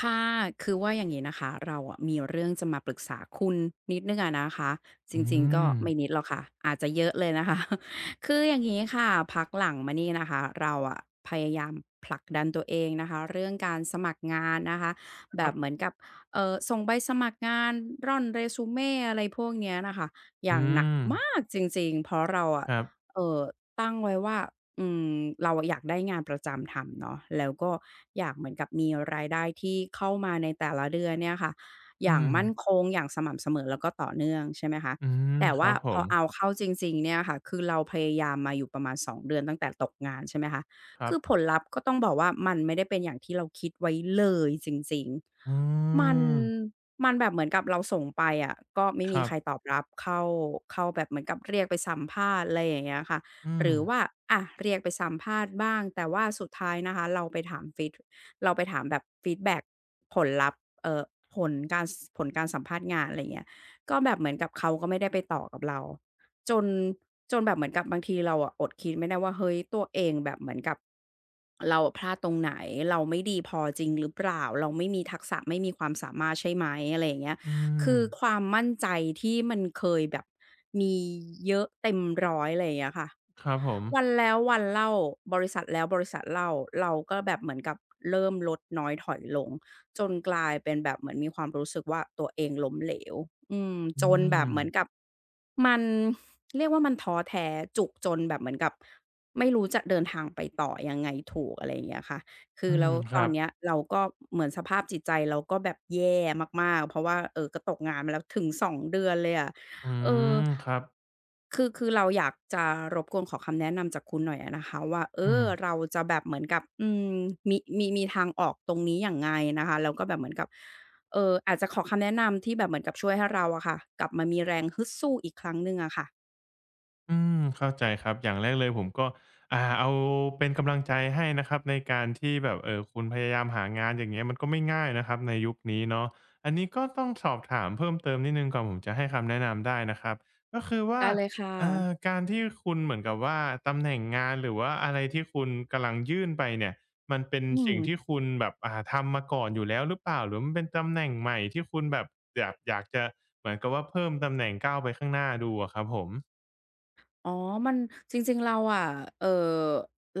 ค่ะคือว่าอย่างนี้นะคะ เราอะมีเรื่องจะมาปรึกษาคุณนิดหนึ่งอะนะคะ จอืริงๆก็มไม่นิดหรอกค่ะ อาจจะเยอะเลยนะคะ คืออย่างนี้ค่ะ พักหลังมานี่นะคะเราอะพยายามผลักดันตัวเองนะคะ เรื่องการสมัครงานนะคะคแบรับบเหมือนกับส่งใบสมัครงานร่อน r ซูเม่อะไรพวกเนี้ยนะคะ อย่าอืงหนักมมากจริงๆ เพราะเราอะครับเอ่อตั้งไว้ว่า อืมเราอะอยากได้งานประจำทำเนาะแล้วก็อยากเหมือนกับมีรายได้ที่เข้ามาในแต่ละเดือนเนี่ยค่ะออืย่างมมั่นคงอย่างสม่ำเสมอแล้วก็ต่อเนื่องใช่ไหมคะอืมแต่คว่ารับผพอมเอาเข้าจริงๆเนี่ยค่ะคือเราพยายามมาอยู่ประมาณ2เดือนตั้งแต่ตกงานใช่ไหมคะครัคืบอผลลัพธ์ก็ต้องบอกว่ามันไม่ได้เป็นอย่างที่เราคิดไว้เลยจริงอืๆมันมมันแบบเหมือนกับเราส่งไปอะก็ไม่คมีรัใคบรตอบรับเข้าเข้าแบบเหมือนกับเรียกไปสัมภาษณ์อะไรอย่างเงี้ยค่ะ อืหมรือว่าอะเรียกไปสัมภาษณ์บ้างแต่ว่าสุดท้ายนะคะเราไปถามฟีดเราไปถามแบบฟีดแบ็กผลลัพธ์ผลการสผลการสัมภาษณ์งานอะไรอย่างเงี้ยก็แบบเหมือนกับเขาก็ไม่ได้ไปต่อกับเราจนจนแบบเหมือนกับบางทีเราอะอดคิดไม่ได้ว่าเฮ้ยตัวเองแบบเหมือนกับเราอะพลาดตรงไหนเราไม่ดีพอจริงหรือเปล่าเราไม่มีทักษะไม่มีความสามารถใช่ไหมอะไรอย่างเงี้ยอืคืมอความมั่นใจที่มันเคยแบบมีเยอะเต็มร้อยอะไรอย่างเงี้ยค่ะ ครับผมวันแล้ววันเล่าบริษัทแล้วบริษัทเล่าเราก็แบบเหมือนกับเริ่มลดน้อยถอยลงจนกลายเป็นแบบเหมือนมีความรู้สึกว่าตัวเองล้มเหลวอืมอืจนแบมบเหมือนกับมันเรียกว่ามันท้อแท้จุกจนแบบเหมือนกับไม่รู้จะเดินทางไปต่อยังไงถูกอะไรอย่างเงี้ยค่ะคืออืแล้มวคตอรันบเนี้ยเราก็เหมือนสภาพจิตใจเราก็แบบแย่มากๆเพราะว่าก็ตกงานมาแล้วถึงสองเดือนเลยอะ อืเออมครับคือเราอยากจะรบกวนขอคำแนะนำจากคุณหน่อยอะนะคะว่าเออือม เราจะแบบเหมือนกับอืมมีทางออกตรงนี้ยังไงนะคะแล้วก็แบบเหมือนกับอาจจะขอคำแนะนำที่แบบเหมือนกับช่วยให้เราอะค่ะกลับมามีแรงฮึดสู้อีกครั้งหนึ่งอะค่ะอืมเข้าใจครับอย่างแรกเลยผมก็เอาเป็นกำลังใจให้นะครับในการที่แบบคุณพยายามหางานอย่างเงี้ยมันก็ไม่ง่ายนะครับในยุคนี้เนาะอันนี้ก็ต้องสอบถามเพิ่มเติมนิดหนึ่งก่อนผมจะให้คำแนะนำได้นะครับก็คือว่าได้เลยค่ะการที่คุณเหมือนกับว่าตำแหน่งงานหรือว่าอะไรที่คุณกำลังยื่นไปเนี่ยมันเป็นอืม สิ่งที่คุณแบบทำมาก่อนอยู่แล้วหรือเปล่าหรือมันเป็นตำแหน่งใหม่ที่คุณแบบอยากจะเหมือนกับว่าเพิ่มตำแหน่งก้าวไปข้างหน้าดูอะครับผม อ๋อมันจริงๆเราอะเอ่อ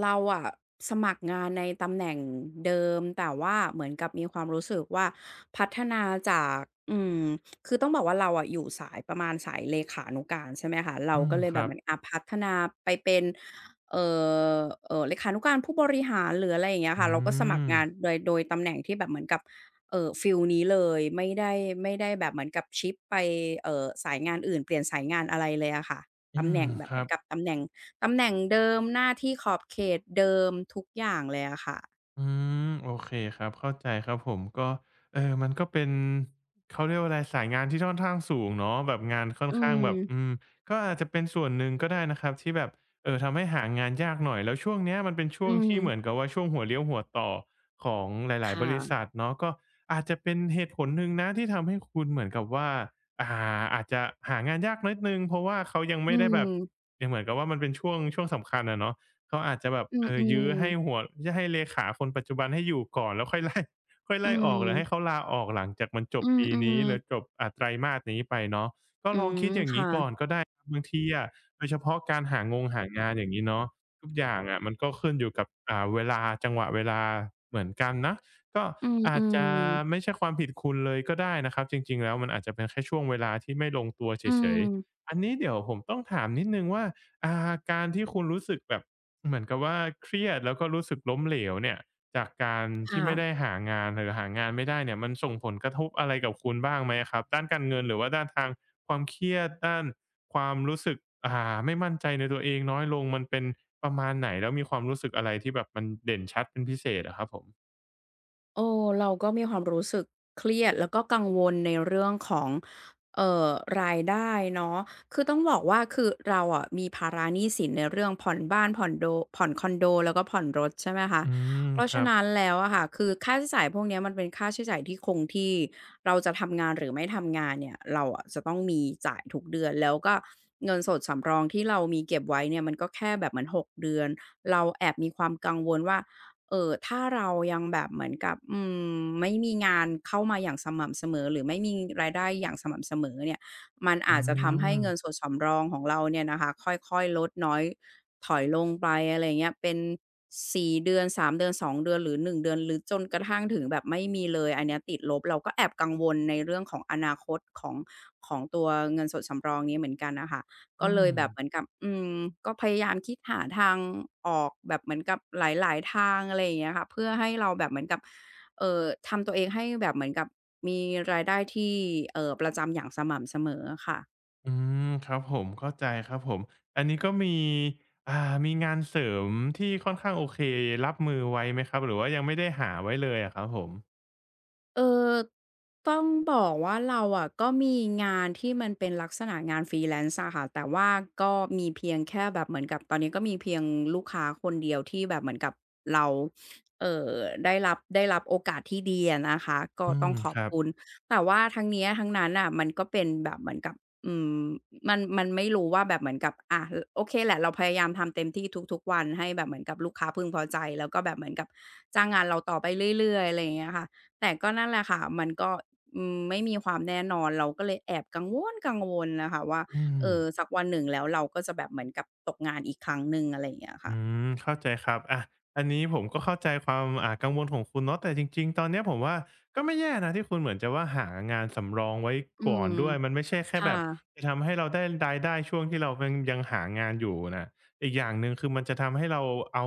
เราอะสมัครงานในตำแหน่งเดิมแต่ว่าเหมือนกับมีความรู้สึกว่าพัฒนาจากอืมคือต้องบอกว่าเราอะอยู่สายประมาณสายเลขานุการใช่ไหมคะเราอืมก็เลยคแบบรัเหบมือนอะพัฒนาไปเป็นเอ่อเลขานุการผู้บริหารหรืออะไรอย่างเงี้ยอืค่ะเราก็สมัครมงานโดยตำแหน่งที่แบบเหมือนกับฟีลนี้เลยไม่ได้ไม่ได้แบบเหมือนกับชิปไปสายงานอื่นเปลี่ยนสายงานอะไรเลยอะค่ะ อืตำแหมน่งแบคบเหมืรัอนบกับตำแหน่งเดิมหน้าที่ขอบเขตเดิมทุกอย่างเลยอะค่ะอืมโอเคครับเข้าใจครับผมก็เออมันก็เป็นเขาเรียกว่าอะไรสายงานที่ค่อนข้างสูงเนาะแบบงานค่อนอืข้างแบมบก็อาจจะเป็นส่วนหนึ่งก็ได้นะครับที่แบบเออทำให้หางานยากหน่อยแล้วช่วงเนี้ยมันเป็นช่วอืงที่มเหมือนกับว่าช่วงหัวเลี้ยวหัวต่อของหคลายๆบริ่ะษัทเนาะก็อาจจะเป็นเหตุผลหนึ่งนะที่ทำให้คุณเหมือนกับว่าอ่าอาจจะหางานยากนิดหนึ่งเพราะว่าเขายังอืไม่ได้แบบมยังเหมือนกับว่ามันเป็นช่วงสำคัญอะเนาะ เขาอาจจะแบบอืมยื้อให้ๆหัวจะให้เลขาคนปัจจุบันให้อยู่ก่อนแล้วค่อย ค่อยอืไล่ออกหรือให้เขามลาออกหลังจากมันจบอืปีนี้มหรือๆจบไตรมาสนี้ไปเนาะก็อืลองมคิดอย่างค่ะงี้ก่อนก็ได้บางทีอะโดยเฉพาะการหางานอย่างงี้เนาะทุกอย่างอะมันก็ขึ้นอยู่กับเวลาจังหวะเวลาเหมือนกันนะก็อือาจจะมไม่ๆใช่ความผิดคุณเลยก็ได้นะครับจริงๆแล้วมันอาจจะเป็นแค่ช่วงเวลาที่ไม่ลงตัวเฉอืยมๆอันนี้เดี๋ยวผมต้องถามนิดหนึ่งว่าการที่คุณรู้สึกแบบ เหมือนกับว่าเครียดแล้วก็รู้สึกล้มเหลวเนี่ยจากการที่ค่ะ ไม่ได้หางานหรือหางานไม่ได้เนี่ยมันส่งผลกระทบอะไรกับคุณบ้างไหมอะครับด้านการเงินหรือว่าด้านทางความเครียดด้านความรู้สึกไม่มั่นใจในตัวเองน้อยลงมันเป็นประมาณไหนแล้วมีความรู้สึกอะไรที่แบบมันเด่นชัดเป็นพิเศษอะครับผมโอ้เราก็มีความรู้สึกเครียดแล้วก็กังวลในเรื่องของเอ่อรายได้เนาะคือต้องบอกว่าคือเราอะมีภาระหนี้สินในเรื่องผ่อนบ้านผ่อนคอนโดแล้วก็ผ่อนรถใช่ไหมคะอืมเพราะครัฉะบนั้นแล้วอะค่ะคือค่าใช้จ่ายพวกเนี้ยมันเป็นค่าใช้จ่ายที่คงที่เราจะทำงานหรือไม่ทำงานเนี่ยเราอะจะต้องมีจ่ายทุกเดือนแล้วก็เงินสดสำรองที่เรามีเก็บไว้เนี่ยมันก็แค่แบบเหมือนหกเดือนเราแอบมีความกังวลว่า เออถ้าเรายังแบบเหมือนกับอืมไม่มีงานเข้ามาอย่างสม่ำเสมอหรือไม่มีรายได้อย่างสม่ำเสมอเนี่ยมันอือาจจะทำให้มเงินสดสำรองของเราเนี่ยนะคะค่อยๆลดน้อยถอยลงไปอะไรเงี้ยเป็น4เดือน3เดือน2เดือนหรือ1เดือนหรือจนกระทั่งถึงแบบไม่มีเลยอันเนี้ยติดลบเราก็แอบกังวลในเรื่องของอนาคตของตัวเงินสดสำรองนี้เหมือนกันนะคะ ก็อืเลม ยแบบเหมือนกับก็พยายามคิดหาทางออกแบบเหมือนกับหลายๆทางอะไรอย่างเงี้ยค่ะเพื่อให้เราแบบเหมือนกับเอ่อทำตัวเองให้แบบเหมือนกับมีรายได้ที่ประจำอย่างสม่ำเสมออะค่ะ อืมครับผมเข้าใจครับผมอันนี้ก็อ่ามีงานเสริมที่ค่อนข้างโอเครับมือไว้ไหมครับหรือว่ายังไม่ได้หาไว้เลยอะครับผมเออต้องบอกว่าเราอะก็มีงานที่มันเป็นลักษณะงาน freelance อะค่ะแต่ว่าก็มีเพียงแค่แบบเหมือนกับตอนนี้ก็มีเพียงลูกค้าคนเดียวที่แบบเหมือนกับเราเอ่อได้รับโอกาสที่ดีอะนะคะก็อืต้อมงขอคบรับคุณแต่ว่าทั้งเนี้ยทั้งนั้นน่ะมันก็เป็นแบบเหมือนกับอืมมันไม่รู้ว่าแบบเหมือนกับอะโอเคแหละเราพยายามทำเต็มที่ทุกๆวันให้แบบเหมือนกับลูกค้าพึงพอใจแล้วก็แบบเหมือนกับจ้างงานเราต่อไปเรื่อยๆอะไรอย่างเงี้ยค่ะ แต่ก็นั่นแหละค่ะ มันก็ไม่มีความแน่นอน เราก็เลยแอบกังวลๆน่ะค่ะว่าอืเอม อสักวันหนึ่งแล้วเราก็จะแบบเหมือนกับตกงานอีกครั้งหนึ่งอะไรอย่างเงี้ยค่ะอืมเข้าใจครับอะอันนี้ผมก็เข้าใจความกังวลของคุณเนาะแต่จริงๆตอนเนี้ยผมว่าก็ไม่แย่นะที่คุณเหมือนจะว่าหางานสำรองไว้อืก่อมนด้วยมันไม่ใช่แค่ค่ะแบบจะทำให้เราได้รายได้ช่วงที่เรายังหางานอยู่น่ะอีกอย่างหนึ่งคือมันจะทำให้เราเอา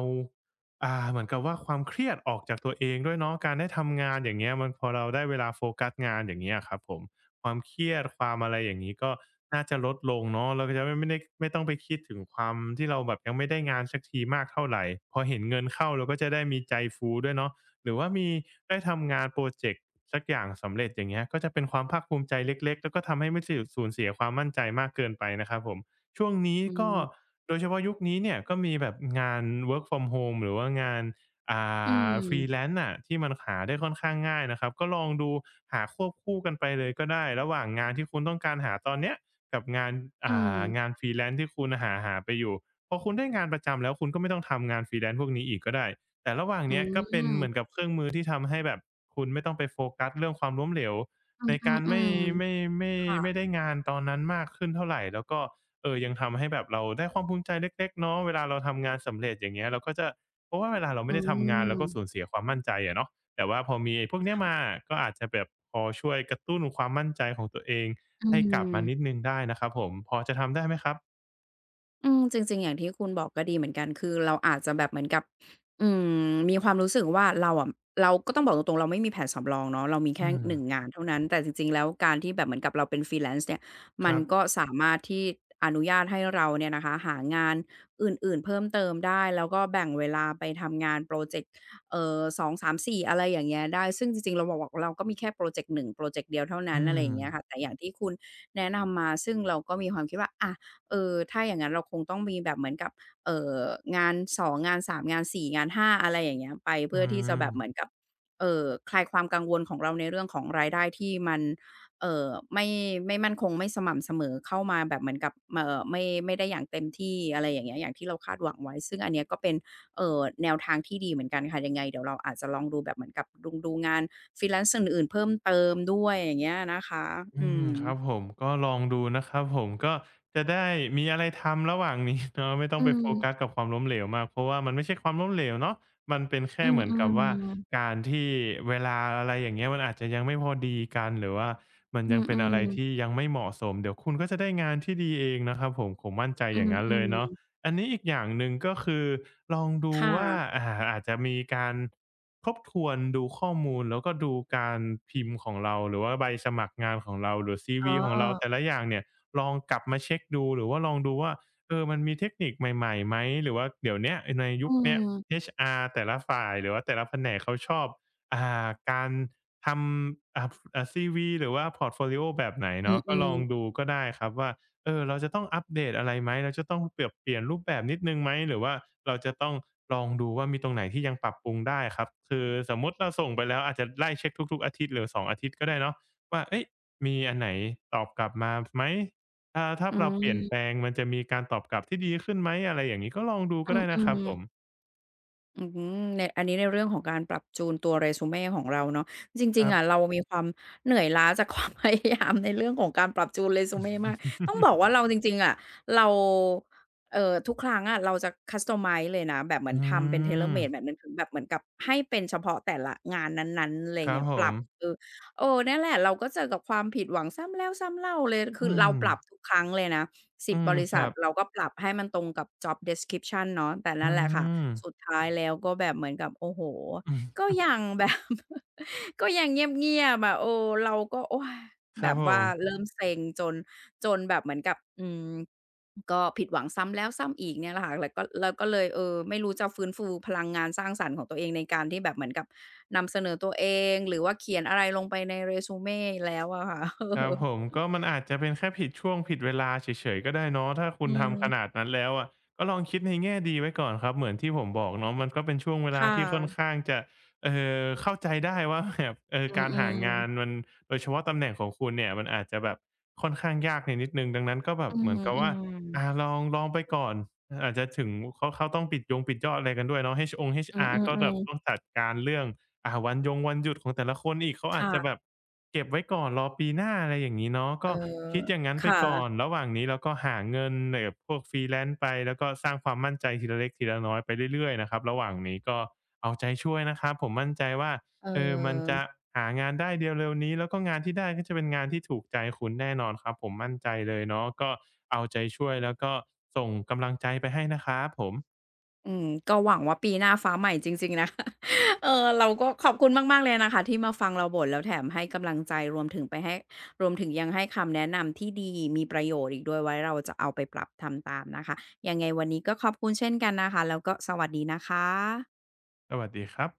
อ่าเหมือนกับว่าความเครียดออกจากตัวเองด้วยเนาะการได้ทำงานอย่างเงี้ยมันพอเราได้เวลาโฟกัสงานอย่างเงี้ยอะครับผม ความเครียดความอะไรอย่างนี้ก็น่าจะลดลงเนาะเราก็จะไม่ได้ไม่ต้องไปคิดถึงความที่เราแบบยังไม่ได้งานสักทีมากเท่าไหรพอเห็นเงินเข้าเราก็จะได้มีใจฟูด้วยเนาะหรือว่ามีได้ทำงานโปรเจกต์สักอย่างสำเร็จอย่างเงี้ยก็จะเป็นความภาคภูมิใจเล็กๆแล้วก็ทำให้ไม่สูญเสียความมั่นใจมากเกินไปนะครับผมช่วงนี้อืก็มโดยเฉพาะยุคนี้เนี่ยก็มีแบบงาน work from home หรือว่างาน อ่อืf r e e ม l a e น่ะที่มันหาได้ค่อนข้างง่ายนะครับก็ลองดูหาควบคู่กันไปเลยก็ได้ระหว่างงานที่คุณต้องการหาตอนเนี้ยกับงานอือ่มางานฟ r e แ l นซ์ที่คุณหาไปอยู่พอคุณได้งานประจำแล้วคุณก็ไม่ต้องทำงานฟรีแลนซ c e พวกนี้อีกก็ได้แต่ระหว่างอืเนี้ยก็เป็นเหมือมนกับเครื่องมือที่ทำให้แบบคุณไม่ต้องไปโฟกัสเรื่องความล้มเหลวอในการืมไม่ๆไม่ๆไม่ค่ะได้งานตอนนั้นมากขึ้นเท่าไหรแล้วก็เออยังทำให้แบบเราได้ความภูมิใจเล็กๆเนาะเวลาเราทำงานสำเร็จอย่างเงี้ยเราก็จะ เพราะว่าเวลาเราอืไม่ได้ทำงานเราก็สูญมเสียความมั่นใจอะเนาะแต่ว่าพอมีไอ้พวกเนี้ยมาก็อาจจะแบบพอช่วยกระตุ้นความมั่นใจของตัวเองอืให้กลับมานิดม หนึ่งได้นะครับผมพอจะทำได้ไหมครับอืมจริงๆอย่างที่คุณบอกก็ดีเหมือนกันคือเราอาจจะแบบเหมือนกับมีความรู้สึกว่าเราอะเราก็ต้องบอกตรงๆเราไม่มีแผนสำรองเนาะเรามีแค่อืมหนึ่งงานเท่านั้นแต่จริงๆแล้วการที่แบบเหมือนกับเราเป็น Freelance เนี่ยคมันรับก็สามารถที่อนุญาตให้เราเนี่ยนะคะหางานอื่นๆเพิ่มเติมได้แล้วก็แบ่งเวลาไปทำงานพรอเจกต์2 3 4อะไรอย่างเงี้ยได้ซึ่งจริงๆเราบอกเราก็มีแค่พรอเจกต์1พรอเจกต์เดียวเท่าอืนั้นอะไรอย่างเงี้ยค่ะมแต่อย่างที่คุณแนะนำมาซึ่งเราก็มีความคิดว่าอะ เออถ้าอย่างงั้นเราคงต้องมีแบบเหมือนกับเอ่องานสองงานสามงานสี่งานห้าอะไรอย่างเงี้ยไปอืเพื่อที่จะแบบเหมือนม กับเอ่อคลายความกังวลของเราในเรื่องของรายได้ที่มันเอ่อไม่ไม่มั่นคงไม่สม่ำเสมอเข้ามาแบบเหมือนกับมไม่ได้อย่างเต็มที่อะไรอย่างเงี้ยอย่างที่เราคาดหวังไว้ซึ่งอันเนี้ยก็เป็นแนวทางที่ดีเหมือนกันค่ะยังไงเดี๋ยวเราอาจจะลองดูแบบเหมือนกับดุงดูงาน freelance อื่นๆเพิ่มเติมด้วยอย่างเงี้ยนะคะอือืมมครับผมก็ลองดูนะครับผมก็จะได้มีอะไรทำระหว่างนี้เนาะ ไม่ต้องอืไปโฟกัสมกับความล้มเหลวมากเพราะว่ามันไม่ใช่ความล้มเหลวเนาะมันเป็นอืแค่เหมือนกับมว่าๆ การที่เวลาอะไรอย่างเงี้ยมันอาจจะยังไม่พอดีกันหรือว่ามันอืยังเป็นอะมไรที่ๆยังไม่เหมาะสมเดี๋ยวคุณก็จะได้งานที่ดีเองนะครับผมผมมั่นใจอือย่างงั้นเลยเนาะมอันนี้อีกอย่างหนึ่งก็คือลองๆดูค่ะว่าอ่าอาจจะมีการ ทบทวนดูข้อมูลแล้วก็ดูการพิมพ์ของเราหรือว่าใบสมัครงานของเราหรือซีอ๋วีอของเราแต่ละอย่างเนี่ยลองกลับมาเช็กดูหรือว่าลองดูว่าเออมันมีเทคนิคใหม่ๆไหมหรือว่าเดี๋ยวเนี้ยในอืยุคเนี้ย ม HR แต่ละฝ่ายหรือว่าแต่ละแผนกเขาชอบการทำซีวีหรือว่าพอร์ตโฟลิโอแบบไหนอืเนาะก็ลอมงดูก็ได้ครับว่า เออเราจะต้องอัปเดตอะไรไหมเราจะต้องเปรับเปลี่ยนรูปแบบนิดหนึ่งไหมหรือว่าเราจะต้องลองดูว่ามีตรงไหนที่ยังปรับปรุงได้ครับคือสมมุติเราส่งไปแล้วอาจจะไล่เช็กทุกๆอาทิตย์หรือ2องอาทิตย์ก็ได้เนาะว่าเฮ้ยมีอันไหนตอบกลับมาไหมถ้าอืเราเปลี่ยนแปลมงมันจะมีการตอบกลับที่ดีขึ้นไหมอะไรอย่างงี้ก็ลองดูก็ได้อืนะครับผมม อืมในอันนี้ในเรื่องของการปรับจูนตัว resume ของเราเนาะจคริงรัๆบ อะเรามีความเหนื่อยล้าจาก ความพยายามในเรื่องของการปรับจูน resume มากต้องบอ กว่าเราจริงๆอะเราทุกครั้งอะเราจะ customize เลยนะแบบเหมืออืนทำเป็น ม tailor-made แบบนั้นถึงแบบเหมือนกับให้เป็นเฉพาะแต่ละงานนั้นๆอะไรอคย่างรับเงี้ยผปรัมบเออเออนั่นแหละเราก็เจอกับความผิดหวังซ้ำแล้วซ้ำเล่าเลยคือือเรามปรับทุกครั้งเลยนะอื10บบมริคษัรัทบเราก็ปรับให้มันตรงกับ job description เนาะแต่อืนั่นแหละค่ะ มสุดท้ายแล้วก็แบบเหมือนกับโอ้โฮอืก็มยังแบบ ก็ยังเงียบๆอะเออเราก็โอ๊ยคแบรับบผว่าม เริ่มเซ็งจนจนแบบเหมือนกับก็ผิดหวังซ้ำแล้วซ้ำอีกเนี่ยแหละค่ะแล้วก็เลยเออไม่รู้จะฟื้นฟูพลังงานสร้างสรรค์ของตัวเองในการที่แบบเหมือนกับนำเสนอตัวเองหรือว่าเขียนอะไรลงไปใน resume แล้วอะค่ะ ครับผมก็มันอาจจะเป็นแค่ผิดช่วงผิดเวลาเฉยๆก็ได้เนาะถ้าเออคุณทำขนาดนั้นแล้วอะก็ลองคิดในแง่ดีไว้ก่อนครับเหมือนที่ผมบอกเนาะมันก็เป็นช่วงเวลาค่ที่ค่อนะข้างจะเอ่เข้าใจได้ว่า แบบเอออืการหามงานๆมันโดยเฉพาะตำแหน่งของคุณเนี่ยมันอาจจะแบบค่อนข้างยากในนิดหนึ่งดังนั้นก็แบบอือเหมือนฮึกับอืว่ามอาลองไปก่อนอาจจะถึงเขาต้องปิดยงปิดยอดอะไรกันด้วยเนาะฮองค์ อื HR ก็แบอบๆต้องๆจัดการเรื่อง อ่าวันยงวันหยุดของแต่ละคนอีกเขาอาจจะแบค่ะบเก็บไว้ก่อนรอปีหน้าอะไรอย่างงี้เนาะเออก็คิดอย่างงั้นคไปก่อน่ะ ระหว่างนี้เราก็หาเงินแบบพวก freelance ไปแล้วก็สร้างความมั่นใจทีละเล็กทีละน้อยไปเรื่อยๆนะครับระหว่างนี้ก็เอาใจช่วยนะครับผมมั่นใจว่าเอเออมันจะอหางานได้เร็วๆนี้แล้วก็งานที่ได้ก็จะเป็นงานที่ถูกใจคุณแน่นอนครับผมมั่นใจเลยเนาะก็เอาใจช่วยแล้วก็ส่งกำลังใจไปให้นะครับผมอืมก็หวังว่าปีหน้าฟ้าใหม่จริงๆนะ คะเออเราก็ขอบคุณมากๆเลยนะคะที่มาฟังเราบ่นแล้วแถมให้กำลังใจรวมถึงไปให้รวมถึงยังให้คำแนะนำที่ดีมีประโยชน์อีกด้วยไว้เราจะเอาไปปรับทำตามนะคะยังไงวันนี้ก็ขอบคุณเช่นกันนะคะแล้วก็สวัสดีนะคะสวัสดีครับ